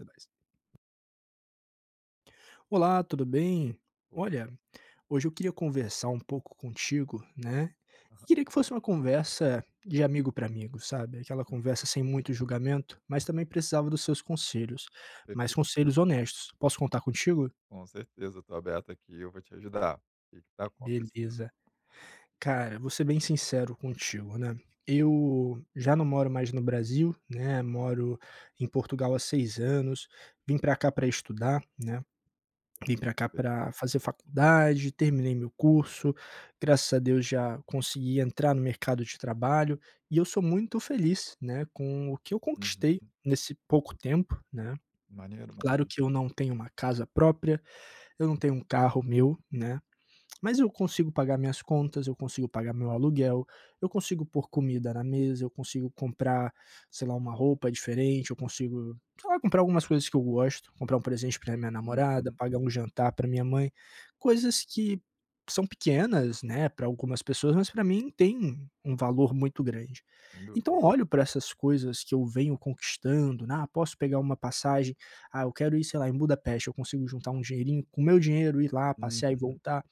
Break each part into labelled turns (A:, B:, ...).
A: Até mais. Olá, tudo bem?
B: Opa,
A: Olha, hoje eu queria conversar um pouco contigo, né? E queria que fosse uma conversa de amigo para amigo, sabe? Aquela
B: com
A: conversa sem muito julgamento, mas também precisava dos seus conselhos, mas
B: certeza,
A: conselhos honestos. Posso contar contigo?
B: com certeza, eu estou aberto aqui, eu vou te ajudar. O que que tá acontecendo?
A: Beleza. Cara, vou ser bem sincero contigo, né? Eu já não moro mais no Brasil, né? Moro em Portugal há 6 anos. Vim para cá para estudar, né? Vim para cá para fazer faculdade, terminei meu curso, graças a Deus já consegui entrar no mercado de trabalho, e eu sou muito feliz, né, com o que eu
B: Uhum.
A: conquistei nesse pouco tempo, né.
B: Maneiro,
A: Claro
B: maneiro.
A: que eu não tenho uma casa própria, eu não tenho um carro meu, né. Mas eu consigo pagar minhas contas, eu consigo pagar meu aluguel, eu consigo pôr comida na mesa, eu consigo comprar, sei lá, uma roupa diferente, eu consigo, sei lá, comprar algumas coisas que eu gosto, comprar um presente para minha
B: Uhum,
A: namorada,
B: uhum.
A: pagar um jantar para minha mãe, coisas que são pequenas, né, para algumas pessoas, mas para mim tem um valor muito grande.
B: Sem dúvida.
A: Então eu olho para essas coisas que eu venho conquistando, né, ah, posso pegar uma passagem, ah, eu quero ir, sei lá, em Budapeste, eu consigo juntar um dinheirinho, com meu dinheiro ir lá,
B: Hum,
A: passear e voltar.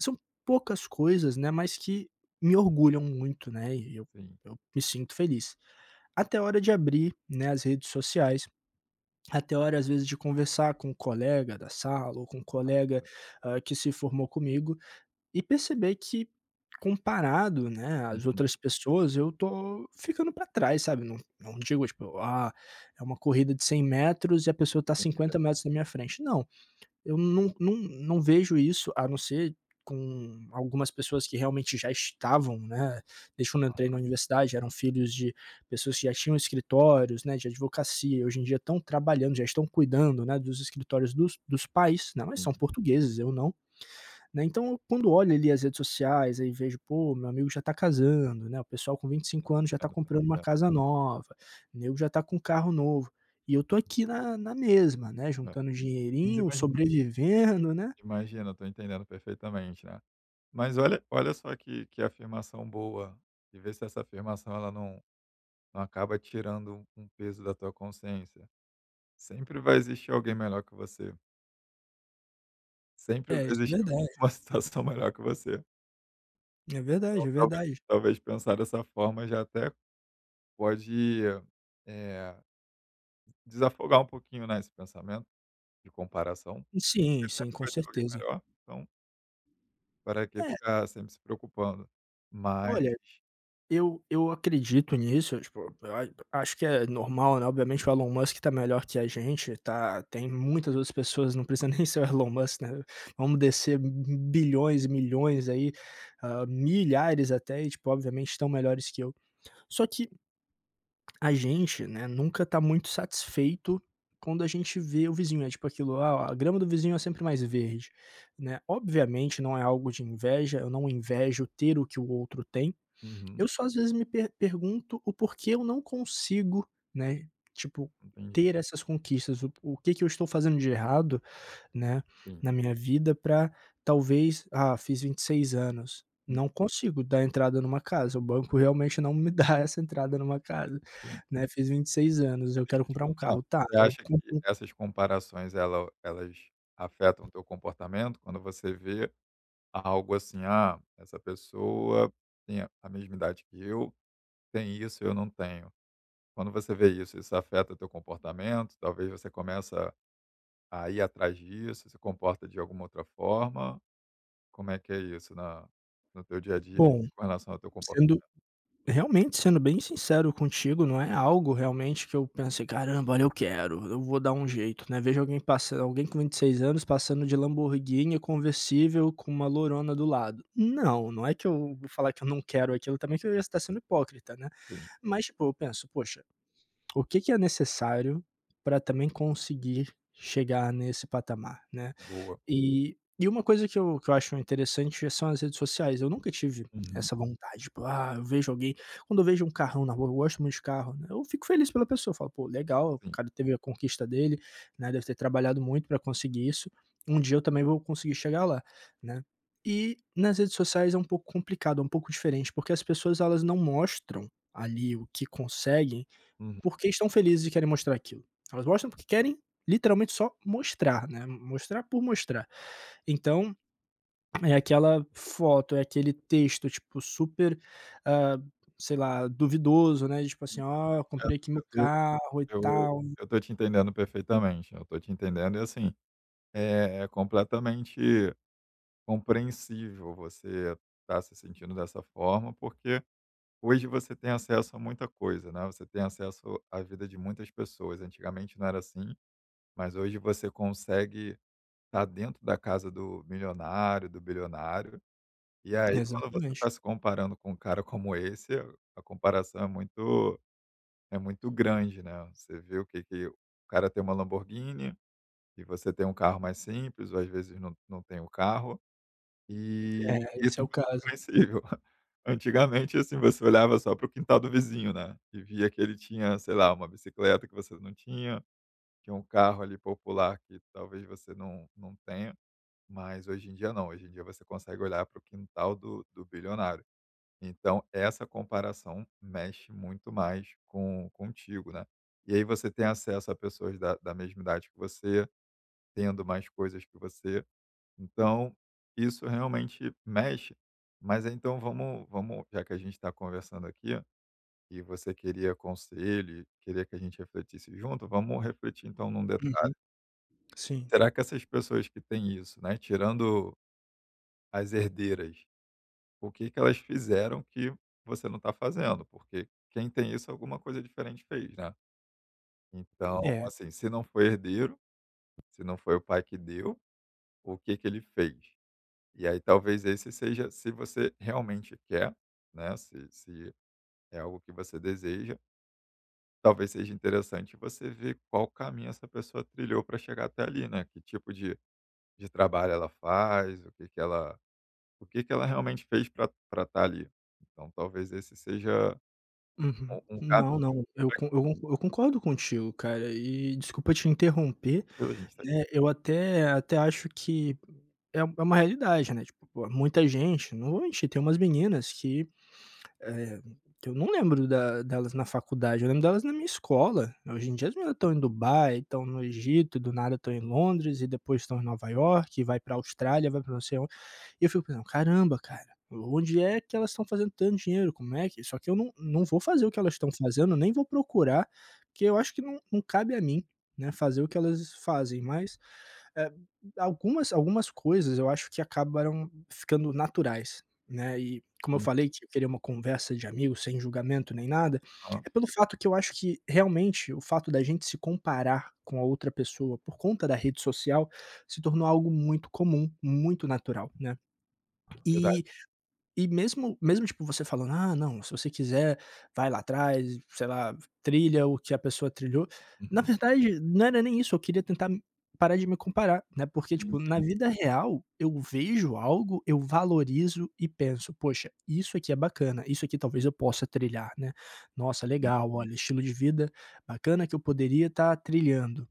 A: São poucas coisas, né, mas que me orgulham muito, né, e eu
B: sim.
A: eu me sinto feliz. Até a hora de abrir, né, as redes sociais, até a hora, às vezes, de conversar com um colega da sala ou com um colega, que se formou comigo e perceber que comparado, né, às
B: Uhum.
A: outras pessoas, eu tô ficando para trás, sabe. Não digo, tipo: "Ah, é uma corrida de 100 metros e a pessoa tá 50 metros na minha frente". Não, eu não vejo isso, a não ser com algumas pessoas que realmente já estavam, né, desde quando eu entrei na universidade, eram filhos de pessoas que já tinham escritórios, né, de advocacia, hoje em dia estão trabalhando, já estão cuidando, né, dos escritórios dos pais, né, mas são portugueses, eu não. Né, então quando olho ali as redes sociais, aí vejo: "Pô, meu amigo já tá casando, né, o pessoal com vinte e
B: Tô
A: cinco anos já tá
B: entendendo, tô
A: comprando uma
B: entendendo.
A: casa nova, o nego já tá com um carro novo", e eu tô aqui na mesma, né,
B: É.
A: juntando
B: Mas
A: dinheirinho,
B: imagina,
A: sobrevivendo, né.
B: imagina, eu tô entendendo perfeitamente, né. Mas olha só que afirmação boa, e ver se essa afirmação ela não acaba tirando um peso da tua consciência. Sempre vai existir alguém melhor que você, sempre
A: É,
B: vai
A: isso é
B: existir alguém
A: verdade.
B: em uma situação melhor que você.
A: É
B: Então,
A: verdade, é
B: talvez
A: verdade.
B: talvez pensar dessa forma já até pode, eh, desafogar um pouquinho, né, esse pensamento de comparação,
A: Sim,
B: porque
A: sim,
B: sempre
A: com
B: vai ter alguém
A: certeza.
B: melhor, então para que
A: É,
B: ficar sempre se preocupando. Mas
A: olha. Eu acredito nisso, tipo, eu a acho que é normal, né, obviamente o Elon Musk tá melhor que a gente, tá tem muitas outras pessoas, não precisa nem ser o Elon Musk, né, vamos descer bilhões e milhões aí, milhares até e, tipo, obviamente estão melhores que eu. Só que a gente, né, nunca tá muito satisfeito quando a gente vê o vizinho, é tipo aquilo: "Ah, a grama do vizinho é sempre mais verde", né. Obviamente não é algo de inveja, eu não invejo ter o que o outro tem,
B: uhum,
A: eu só às vezes me pergunto o porquê eu não consigo, né, tipo,
B: entendi,
A: ter essas conquistas, o que que eu estou fazendo de errado, né,
B: sim,
A: na minha vida para talvez, ah, fiz 26 anos,
B: sim,
A: não consigo dar entrada numa casa, o banco realmente não me dá essa entrada numa casa,
B: sim.
A: né, fiz 26 anos, eu quero comprar um
B: Tá,
A: carro, tá,
B: você
A: eu
B: acha que
A: compro um
B: essas comparações elas afetam o teu comportamento quando você vê algo assim: "Ah, essa pessoa tem a mesma idade que eu, tem isso eu não tenho". Quando você vê isso, isso afeta teu comportamento? Talvez você começa a ir atrás disso, se comporta de alguma outra forma? Como é que é isso na no teu dia a dia
A: bom,
B: com relação ao teu comportamento?
A: sendo realmente, sendo bem sincero contigo, não é algo realmente que eu pensei: "Caramba, olha, eu quero, eu vou dar um jeito", né. Vejo alguém passando alguém com 26 anos passando de Lamborghini conversível com uma lorona do lado. Não, não é que eu vou falar que eu não quero aquilo também, que eu ia estar sendo hipócrita, né.
B: Sim,
A: Mas, tipo, eu penso: "Poxa, o que que é necessário para também conseguir chegar nesse patamar", né.
B: boa.
A: E uma coisa que eu acho interessante são as redes sociais, eu nunca tive
B: Uhum,
A: essa vontade, tipo: "Ah, eu vejo alguém" quando eu vejo um carrão na rua, eu gosto muito de carro, né, eu fico feliz pela pessoa, eu falo: "Pô, legal, o
B: sim.
A: cara teve a conquista dele, né, deve ter trabalhado muito para conseguir isso, um dia eu também vou conseguir chegar lá", né. E nas redes sociais é um pouco complicado, é um pouco diferente, porque as pessoas elas não mostram ali o que conseguem,
B: Uhum.
A: porque estão felizes e querem mostrar aquilo. Elas mostram porque querem literalmente só mostrar, né, mostrar por mostrar. Então, é aquela foto, é aquele texto, tipo, super, ah, sei lá, duvidoso, né, tipo assim: "Ó, eu comprei aqui
B: Eu
A: meu
B: tô
A: carro e
B: eu
A: tal".
B: eu tô te entendendo perfeitamente, eu tô te entendendo e, assim, é completamente compreensível você estar se sentindo dessa forma, porque hoje você tem acesso a muita coisa, né, você tem acesso à vida de muitas pessoas, antigamente não era assim. Mas hoje você consegue estar dentro da casa do milionário, do bilionário, e aí quando você
A: Exatamente.
B: está se comparando com um cara como esse, a comparação é muito grande, né. Você vê o que que o cara tem uma Lamborghini e você tem um carro mais simples ou às vezes não tem o carro, e
A: É,
B: isso
A: esse é
B: é
A: o
B: muito
A: caso.
B: compreensível. Antigamente, assim, você olhava só para o quintal do vizinho, né, e via que ele tinha, sei lá, uma bicicleta que você não tinha que um carro ali popular que talvez você não tenha, mas hoje em dia não, hoje em dia você consegue olhar para o quintal do bilionário. Então essa comparação mexe muito mais com contigo, né. E aí você tem acesso a pessoas da mesma idade que você, tendo mais coisas que você, então isso realmente mexe. Mas então vamos já que a gente está conversando aqui, e você queria conselho e queria que a gente refletisse junto, vamos refletir então num detalhe.
A: Uhum. Sim.
B: Será que essas pessoas que têm isso, né, tirando as herdeiras, o que que elas fizeram que você não está fazendo? Porque quem tem isso alguma coisa diferente fez, né. Então, uhum,
A: É.
B: assim, se não foi herdeiro, se não foi o pai que deu, o que que ele fez? E aí talvez esse seja se você realmente quer, né, se é algo que você deseja, talvez seja interessante você ver qual caminho essa pessoa trilhou para chegar até ali, né, que tipo de trabalho ela faz, o que que ela realmente fez para pra estar ali. Então talvez esse seja
A: Uhum.
B: um caminho
A: Não, não, eu concordo contigo, cara, e desculpa te interromper,
B: pela gente tá
A: né, eu até acho que é uma realidade, né, tipo, pô, muita gente, não vou mentir, tem umas meninas que Eh, eu não lembro da delas na faculdade, eu lembro delas na minha escola. Hoje em dia as meninas estão em Dubai, estão no Egito, do nada estão em Londres e depois estão em Nova York e vai pra Austrália, vai para não sei e eu fico pensando, caramba, cara, onde é que elas estão fazendo tanto dinheiro? Como é que. Só que eu não vou fazer o que elas estão fazendo, nem vou procurar, porque eu acho que não cabe a mim, né, fazer o que elas fazem. Mas eh, algumas coisas eu acho que acabaram ficando naturais. Né? E como eu falei que eu queria uma conversa de amigos sem julgamento nem nada,
B: uhum,
A: é pelo fato que eu acho que realmente o fato da gente se comparar com a outra pessoa por conta da rede social se tornou algo muito comum, muito natural, né?
B: verdade.
A: E e mesmo mesmo, tipo, você falando: "Ah, não, se você quiser, vai lá atrás, sei lá, trilha o que a pessoa trilhou", na
B: Uhum.
A: verdade, não era nem isso, eu queria tentar parar de me comparar, né, porque,
B: Sim,
A: tipo, na
B: sim.
A: vida real, eu vejo algo, eu valorizo e penso: "Poxa, isso aqui é bacana, isso aqui talvez eu possa trilhar", né. "Nossa,
B: Sim,
A: legal, olha, estilo de vida bacana que eu poderia estar trilhando".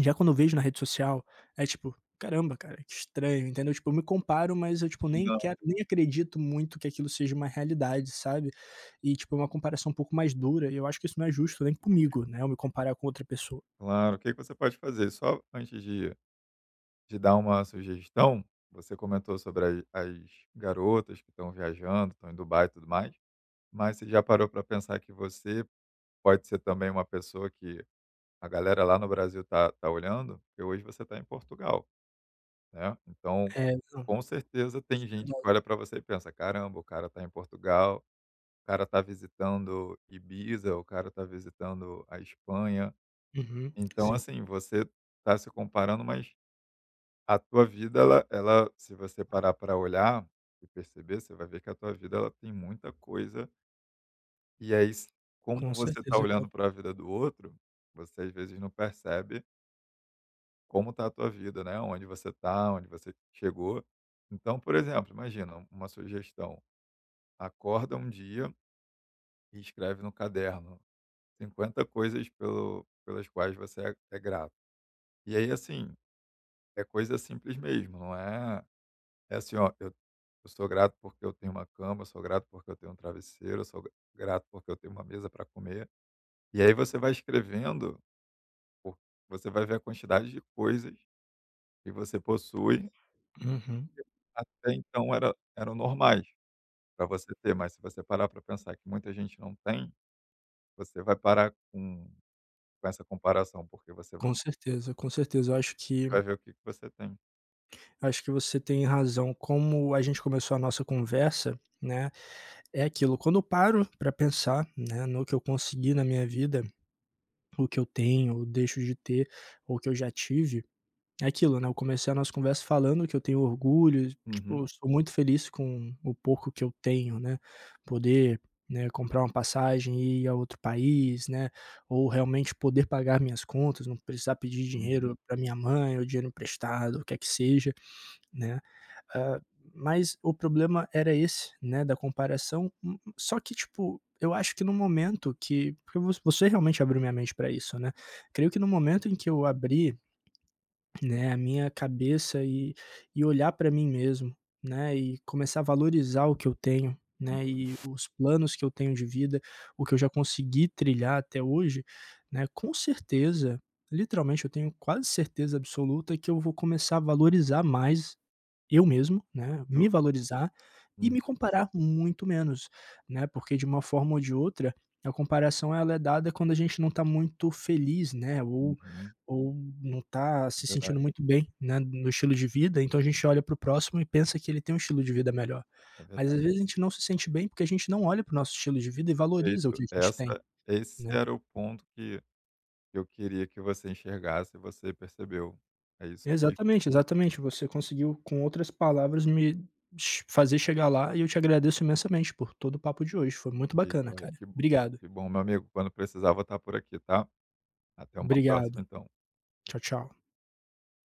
A: Já quando eu vejo na rede social, é tipo: "Caramba, cara, que estranho", entendeu? Tipo, eu me comparo, mas eu, tipo,
B: sim,
A: nem
B: não,
A: quero nem acredito muito que aquilo seja uma realidade, sabe? E, tipo, é uma comparação um pouco mais dura e eu acho que isso não é justo nem comigo, né, eu me comparar com outra pessoa.
B: claro. O que que você pode fazer? Só antes de dar uma sugestão, você comentou sobre as garotas que estão viajando, estão em Dubai e tudo mais, mas você já parou para pensar que você pode ser também uma pessoa que a galera lá no Brasil tá olhando? Porque hoje você está em Portugal, né. Então,
A: É, não,
B: com certeza tem gente
A: verdade.
B: que olha para você e pensa: "Caramba, o cara tá em Portugal, o cara tá visitando Ibiza, o cara tá visitando a Espanha".
A: Uhum,
B: Então,
A: sim,
B: assim, você tá se comparando, mas a tua vida ela se você parar para olhar e perceber, você vai ver que a tua vida ela tem muita coisa, e aí s como
A: com
B: você tá
A: certeza,
B: olhando
A: cara.
B: para a vida do outro, você às vezes não percebe como está a tua vida, né? Onde você está, onde você chegou. Então, por exemplo, imagina uma sugestão: acorda um dia e escreve no caderno 50 coisas pelas quais é grato. E aí, assim, é coisa simples mesmo, não é? É assim, ó, eu sou grato porque eu tenho uma cama, eu sou grato porque eu tenho um travesseiro, eu sou grato porque eu tenho uma mesa para comer. E aí você vai escrevendo, por- você vai ver a quantidade de coisas que você possui
A: Uhum.
B: até então eram normais para você ter, mas se você parar para pensar que muita gente não tem, você vai parar com essa comparação, porque você
A: Com certeza, com certeza. Eu acho que
B: vai ver o que que você tem.
A: acho que você tem razão. Como a gente começou a nossa conversa, né, é aquilo, quando eu paro para pensar, né, no que eu consegui na minha vida o que eu tenho ou deixo de ter, ou que eu já tive, é aquilo, né, eu comecei a nossa conversa falando que eu tenho orgulho, tipo,
B: Uhum,
A: eu sou muito feliz com o pouco que eu tenho, né, poder, né, comprar uma passagem e ir a outro país, né, ou realmente poder pagar minhas contas, não precisar pedir
B: uhum,
A: dinheiro para minha mãe ou dinheiro emprestado, o que é que seja, né. Ah, mas o problema era esse, né, da comparação, só que, tipo, eu acho que no momento que porque vo você realmente abriu minha mente para isso, né. Creio que no momento em que eu abri, né, a minha cabeça e olhar para mim mesmo, né, e começar a valorizar o que eu tenho, né, e os planos que eu tenho de vida, o que eu já consegui trilhar até hoje, né, com certeza, literalmente eu tenho quase certeza absoluta que eu vou começar a valorizar mais eu mesmo, né,
B: do
A: me valorizar e
B: uhum,
A: me comparar muito menos, né, porque de uma forma ou de outra, a comparação ela é dada quando a gente não está muito feliz, né, ou
B: uhum.
A: ou não está
B: É
A: se
B: verdade,
A: sentindo muito bem, né, no estilo de vida, então a gente olha para o próximo e pensa que ele tem um estilo de vida melhor.
B: é
A: Mas
B: verdade.
A: às vezes a gente não se sente bem, porque a gente não olha para o nosso estilo de vida e valoriza o
B: Perfeito.
A: que a gente tem,
B: Essa esse
A: né.
B: era o ponto que eu queria que você enxergasse e você percebeu. É isso,
A: Exatamente, exatamente. Você conseguiu, com outras palavras, me ch fazer chegar lá e eu te agradeço imensamente por todo o papo de hoje. Foi muito
B: perfeito.
A: bacana,
B: Olha,
A: cara.
B: que bom,
A: Obrigado.
B: que bom, meu amigo. Quando precisar, vou estar por aqui, tá? Até uma
A: Obrigado.
B: próxima, então.
A: Tchau, tchau.